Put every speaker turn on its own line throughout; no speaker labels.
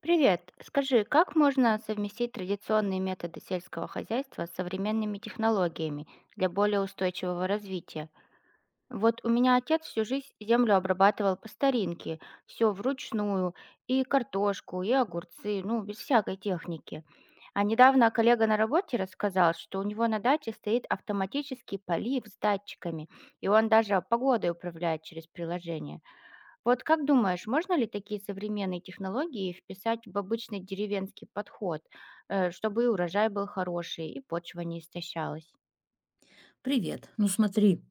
Привет. Скажи, как можно совместить традиционные методы сельского хозяйства с современными технологиями для более устойчивого развития? Вот у меня отец всю жизнь землю обрабатывал по старинке, все вручную, и картошку, и огурцы, ну, без всякой техники. А недавно коллега на работе рассказал, что у него на даче стоит автоматический полив с датчиками, и он даже погодой управляет через приложение. Вот как думаешь, можно ли такие современные технологии вписать в обычный деревенский подход, чтобы и урожай был хороший, и почва не истощалась?
Привет. Ну смотри,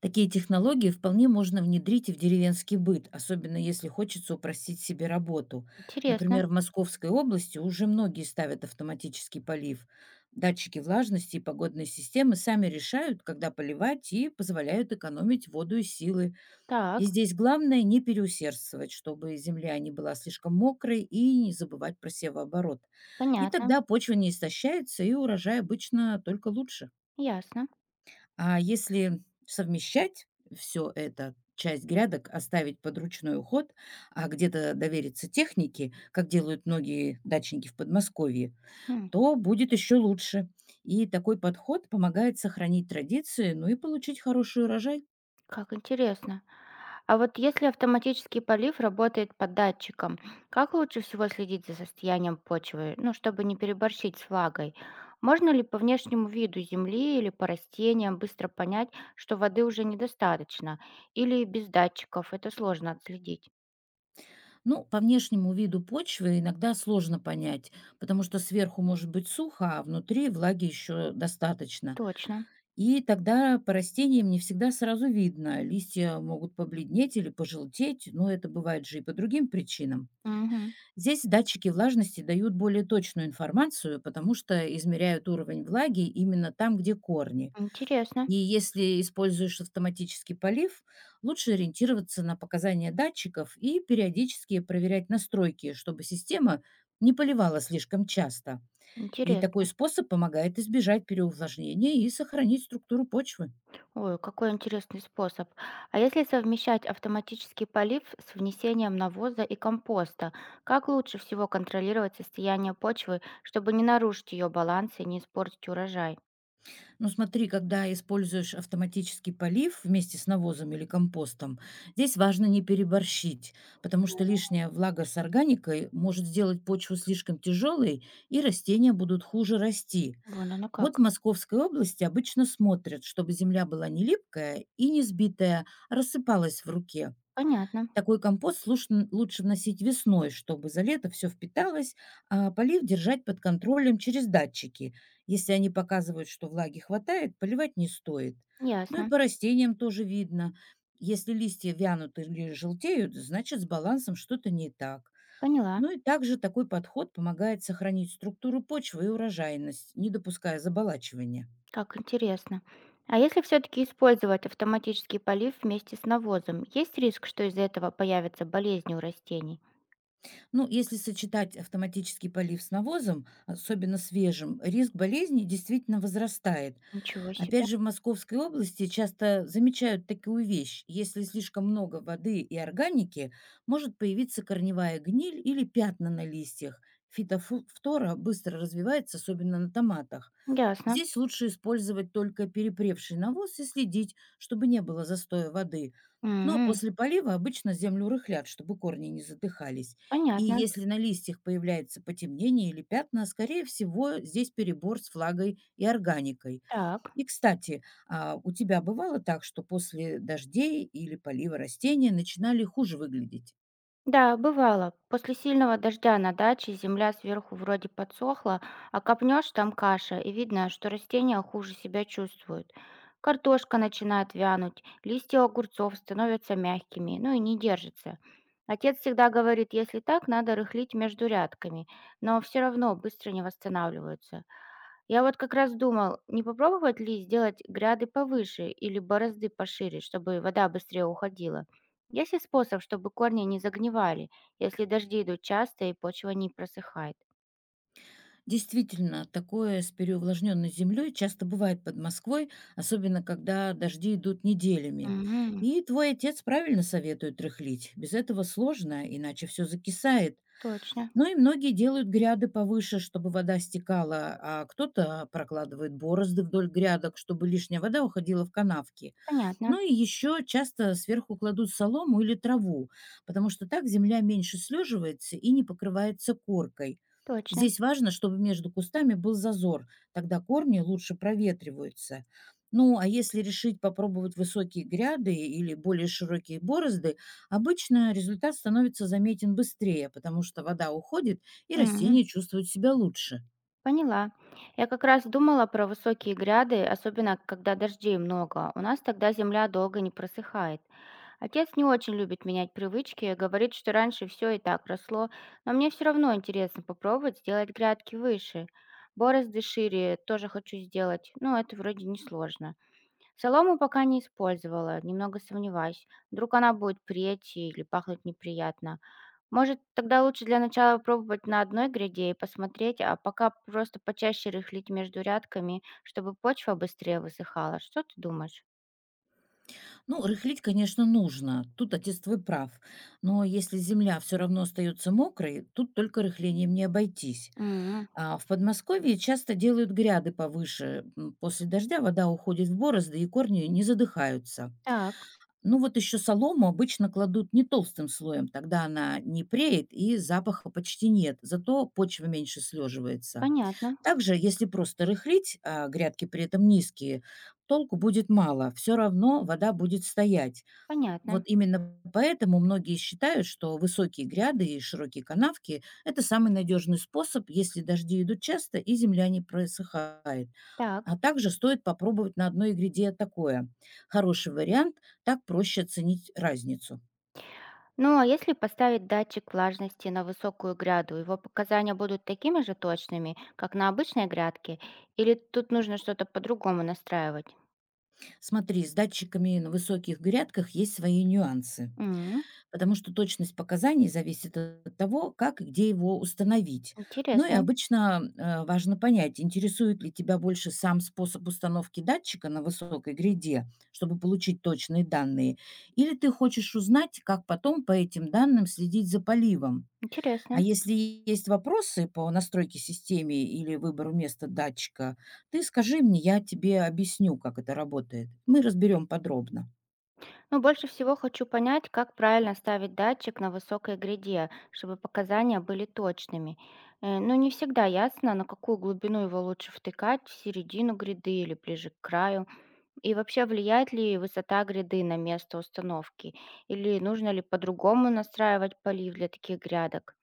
такие технологии вполне можно внедрить и в деревенский быт, особенно если хочется упростить себе работу.
Интересно.
Например, в Московской области уже многие ставят автоматический полив. Датчики влажности и погодные системы сами решают, когда поливать, и позволяют экономить воду и силы. И
Так,
здесь главное не переусердствовать, чтобы земля не была слишком мокрой, и не забывать про севооборот. И
понятно,
тогда почва не истощается, и урожай обычно только лучше.
ясно.
А если совмещать все это, часть грядок оставить под ручной уход, а где-то довериться технике, как делают многие дачники в Подмосковье,
Хм.
то будет еще лучше. И такой подход помогает сохранить традиции, ну и получить хороший урожай.
Как интересно. А вот если автоматический полив работает по датчикам, как лучше всего следить за состоянием почвы, ну, чтобы не переборщить с влагой? Можно ли по внешнему виду земли или по растениям быстро понять, что воды уже недостаточно? Или без датчиков это сложно отследить?
Ну, по внешнему виду почвы иногда сложно понять, потому что сверху может быть сухо, а внутри влаги еще достаточно.
Точно.
И тогда по растениям не всегда сразу видно. Листья могут побледнеть или пожелтеть, но это бывает же и по другим причинам.
Мгм.
Здесь датчики влажности дают более точную информацию, потому что измеряют уровень влаги именно там, где корни.
Интересно.
И если используешь автоматический полив, лучше ориентироваться на показания датчиков и периодически проверять настройки, чтобы система не поливала слишком часто. И такой
Интересно.
способ помогает избежать переувлажнения и сохранить структуру почвы.
Ой, какой интересный способ. А если совмещать автоматический полив с внесением навоза и компоста, как лучше всего контролировать состояние почвы, чтобы не нарушить ее баланс и не испортить урожай?
Ну смотри, когда используешь автоматический полив вместе с навозом или компостом, здесь важно не переборщить, потому что лишняя влага с органикой может сделать почву слишком тяжелой, и растения будут хуже расти.
Вон оно
Вот в
как.
Московской области обычно смотрят, чтобы земля была не липкая и не сбитая, а рассыпалась в руке.
Понятно.
Такой компост слушн лучше вносить весной, чтобы за лето все впиталось, а полив держать под контролем через датчики. Если они показывают, что влаги хватает, поливать не стоит. Ну и
Ясно.
по растениям тоже видно. Если листья вянут или желтеют, значит с балансом что-то не так.
Поняла.
Ну и также такой подход помогает сохранить структуру почвы и урожайность, не допуская заболачивания.
Как интересно. А если все-таки использовать автоматический полив вместе с навозом, есть риск, что из-за этого появятся болезни у растений?
Ну, если сочетать автоматический полив с навозом, особенно свежим, риск болезней действительно возрастает.
Ничего себе.
Опять же, в Московской области часто замечают такую вещь. Если слишком много воды и органики, может появиться корневая гниль или пятна на листьях. Фитофтора быстро развивается, особенно на томатах.
Ясно.
Здесь лучше использовать только перепревший навоз и следить, чтобы не было застоя воды. Но
М.
после полива обычно землю рыхлят, чтобы корни не задыхались. И
Понятно.
если на листьях появляется потемнение или пятна, скорее всего, здесь перебор с флагой и органикой.
Так.
И, кстати, у тебя бывало так, что после дождей или полива растения начинали хуже выглядеть?
Да, бывало. После сильного дождя на даче земля сверху вроде подсохла, а копнешь там каша, и видно, что растения хуже себя чувствуют. Картошка начинает вянуть, листья огурцов становятся мягкими, ну и не держатся. Отец всегда говорит, если так, надо рыхлить между рядками, но все равно быстро не восстанавливаются. Я вот как раз думал, не попробовать ли сделать гряды повыше или борозды пошире, чтобы вода быстрее уходила. Есть ли способ, чтобы корни не загнивали, если дожди идут часто и почва не просыхает?
Действительно, такое с переувлажненной землей часто бывает под Москвой, особенно когда дожди идут неделями.
Мгм.
И твой отец правильно советует рыхлить. Без этого сложно, иначе все закисает.
Точно,
Но и многие делают гряды повыше, чтобы вода стекала, а кто-то прокладывает борозды вдоль грядок, чтобы лишняя вода уходила в канавки.
понятно,
Ну и еще часто сверху кладут солому или траву, потому что так земля меньше слеживается и не покрывается коркой.
точно.
Здесь важно, чтобы между кустами был зазор, тогда корни лучше проветриваются. Ну, а если решить попробовать высокие гряды или более широкие борозды, обычно результат становится заметен быстрее, потому что вода уходит и
Мгм.
растения чувствуют себя лучше.
Поняла. Я как раз думала про высокие гряды, особенно когда дождей много. У нас тогда земля долго не просыхает. Отец не очень любит менять привычки, говорит, что раньше все и так росло, но мне все равно интересно попробовать сделать грядки выше. Борозды шире тоже хочу сделать, но это вроде не сложно. Солому пока не использовала, немного сомневаюсь. Вдруг она будет преть или пахнуть неприятно. Может, тогда лучше для начала пробовать на одной гряде и посмотреть, а пока просто почаще рыхлить между рядками, чтобы почва быстрее высыхала. Что ты думаешь?
Ну, рыхлить, конечно, нужно. Тут отец твой прав. Но если земля все равно остается мокрой, тут только рыхлением не обойтись.
М.
А в Подмосковье часто делают гряды повыше. После дождя вода уходит в борозды, и корни не задыхаются.
Так,
Ну вот еще солому обычно кладут не толстым слоем, тогда она не преет и запаха почти нет, зато почва меньше слеживается.
понятно.
Также, если просто рыхлить, а грядки при этом низкие, толку будет мало, все равно вода будет стоять. Вот
Понятно.
именно поэтому многие считают, что высокие гряды и широкие канавки – это самый надежный способ, если дожди идут часто и земля не просыхает.
Так.
А также стоит попробовать на одной гряде такое. Хороший вариант, так проще оценить разницу.
Ну а если поставить датчик влажности на высокую гряду, его показания будут такими же точными, как на обычной грядке, или тут нужно что-то по-другому настраивать?
Смотри, с датчиками на высоких грядках есть свои нюансы.
М.
Потому что точность показаний зависит от того, как и где его установить. Ну и
Интересно,
обычно важно понять, интересует ли тебя больше сам способ установки датчика на высокой гряде, чтобы получить точные данные, или ты хочешь узнать, как потом по этим данным следить за поливом. А
интересно.
если есть вопросы по настройке системы или выбору места датчика, ты скажи мне, я тебе объясню, как это работает. Мы разберем подробно.
Но больше всего хочу понять, как правильно ставить датчик на высокой гряде, чтобы показания были точными. Ну, не всегда ясно, на какую глубину его лучше втыкать, в середину гряды или ближе к краю. И вообще, влияет ли высота гряды на место установки? Или нужно ли по-другому настраивать полив для таких грядок?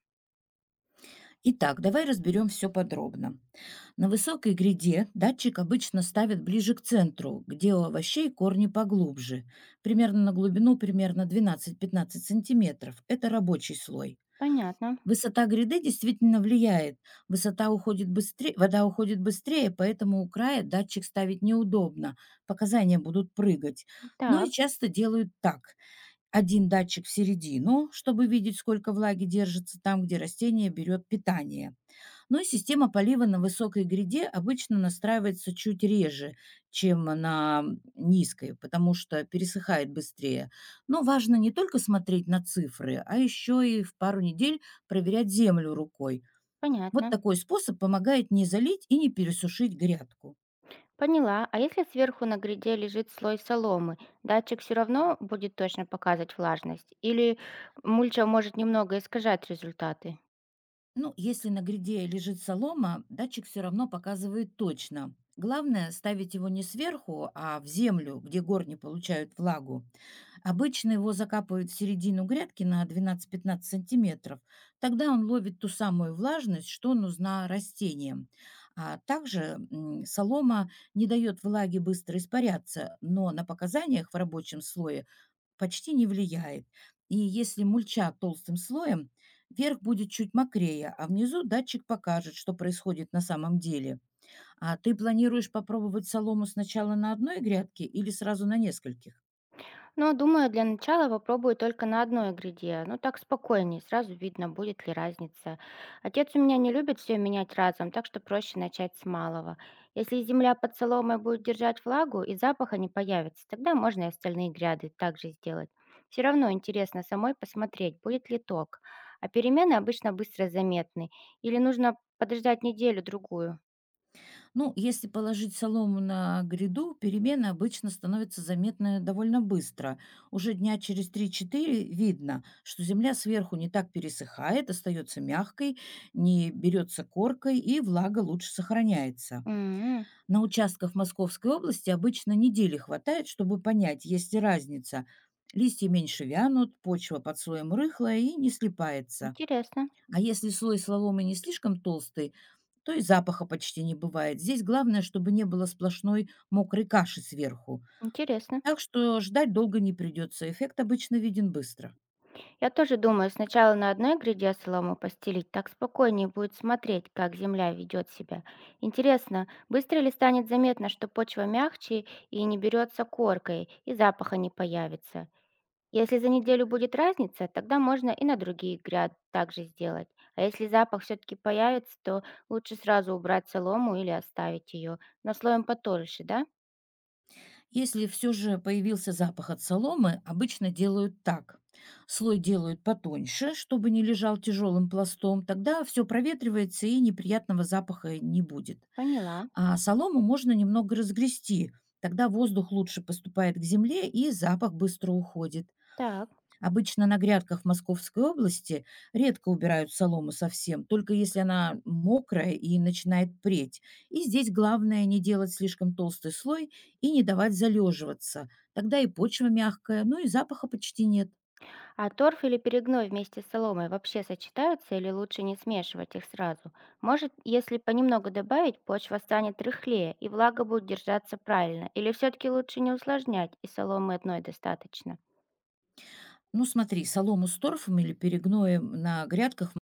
Итак, давай разберем все подробно. На высокой гряде датчик обычно ставят ближе к центру, где у овощей корни поглубже, примерно на глубину примерно 12-15 сантиметров. Это рабочий слой.
Понятно.
Высота гряды действительно влияет. Высота уходит быстрее, вода уходит быстрее, поэтому у края датчик ставить неудобно. Показания будут прыгать. Ну и
Так,
часто делают так. Один датчик в середину, чтобы видеть, сколько влаги держится там, где растение берет питание. Ну и система полива на высокой гряде обычно настраивается чуть реже, чем на низкой, потому что пересыхает быстрее. Но важно не только смотреть на цифры, а еще и в пару недель проверять землю рукой. Вот
понятно.
такой способ помогает не залить и не пересушить грядку.
Поняла. А если сверху на гряде лежит слой соломы, датчик все равно будет точно показывать влажность? Или мульча может немного искажать результаты?
Ну, если на гряде лежит солома, датчик все равно показывает точно. Главное – ставить его не сверху, а в землю, где корни получают влагу. Обычно его закапывают в середину грядки на 12-15 сантиметров. Тогда он ловит ту самую влажность, что нужна растениям. А также солома не дает влаге быстро испаряться, но на показаниях в рабочем слое почти не влияет. И если мульча толстым слоем, верх будет чуть мокрее, а внизу датчик покажет, что происходит на самом деле. А ты планируешь попробовать солому сначала на одной грядке или сразу на нескольких?
Но, думаю, для начала попробую только на одной гряде. Ну, так спокойнее, сразу видно, будет ли разница. Отец у меня не любит все менять разом, так что проще начать с малого. Если земля под соломой будет держать влагу и запаха не появится, тогда можно и остальные гряды также сделать. Все равно интересно самой посмотреть, будет ли ток. А перемены обычно быстро заметны. Или нужно подождать неделю-другую.
Ну, если положить солому на гряду, перемены обычно становятся заметны довольно быстро. Уже дня через три-четыре видно, что земля сверху не так пересыхает, остается мягкой, не берется коркой и влага лучше сохраняется.
М.
На участках Московской области обычно недели хватает, чтобы понять, есть ли разница. Листья меньше вянут, почва под слоем рыхлая и не слипается.
Интересно,
А если слой соломы не слишком толстый, то и запаха почти не бывает. Здесь главное, чтобы не было сплошной мокрой каши сверху.
интересно.
Так что ждать долго не придется. Эффект обычно виден быстро.
Я тоже думаю, сначала на одной гряде солому постелить, так спокойнее будет смотреть, как земля ведет себя. Интересно, быстро ли станет заметно, что почва мягче и не берется коркой, и запаха не появится? Если за неделю будет разница, тогда можно и на другие гряд также сделать. А если запах все-таки появится, то лучше сразу убрать солому или оставить ее на слоем потолще, да?
Если все же появился запах от соломы, обычно делают так. Слой делают потоньше, чтобы не лежал тяжелым пластом. Тогда все проветривается и неприятного запаха не будет.
Поняла.
А солому можно немного разгрести. Тогда воздух лучше поступает к земле и запах быстро уходит.
Так.
Обычно на грядках Московской области редко убирают солому совсем, только если она мокрая и начинает преть. И здесь главное не делать слишком толстый слой и не давать залеживаться. Тогда и почва мягкая, ну и запаха почти нет.
А торф или перегной вместе с соломой вообще сочетаются или лучше не смешивать их сразу? Может, если понемногу добавить, почва станет рыхлее и влага будет держаться правильно? Или все-таки лучше не усложнять и соломы одной достаточно?
Ну смотри, солому с торфом или перегноем на грядках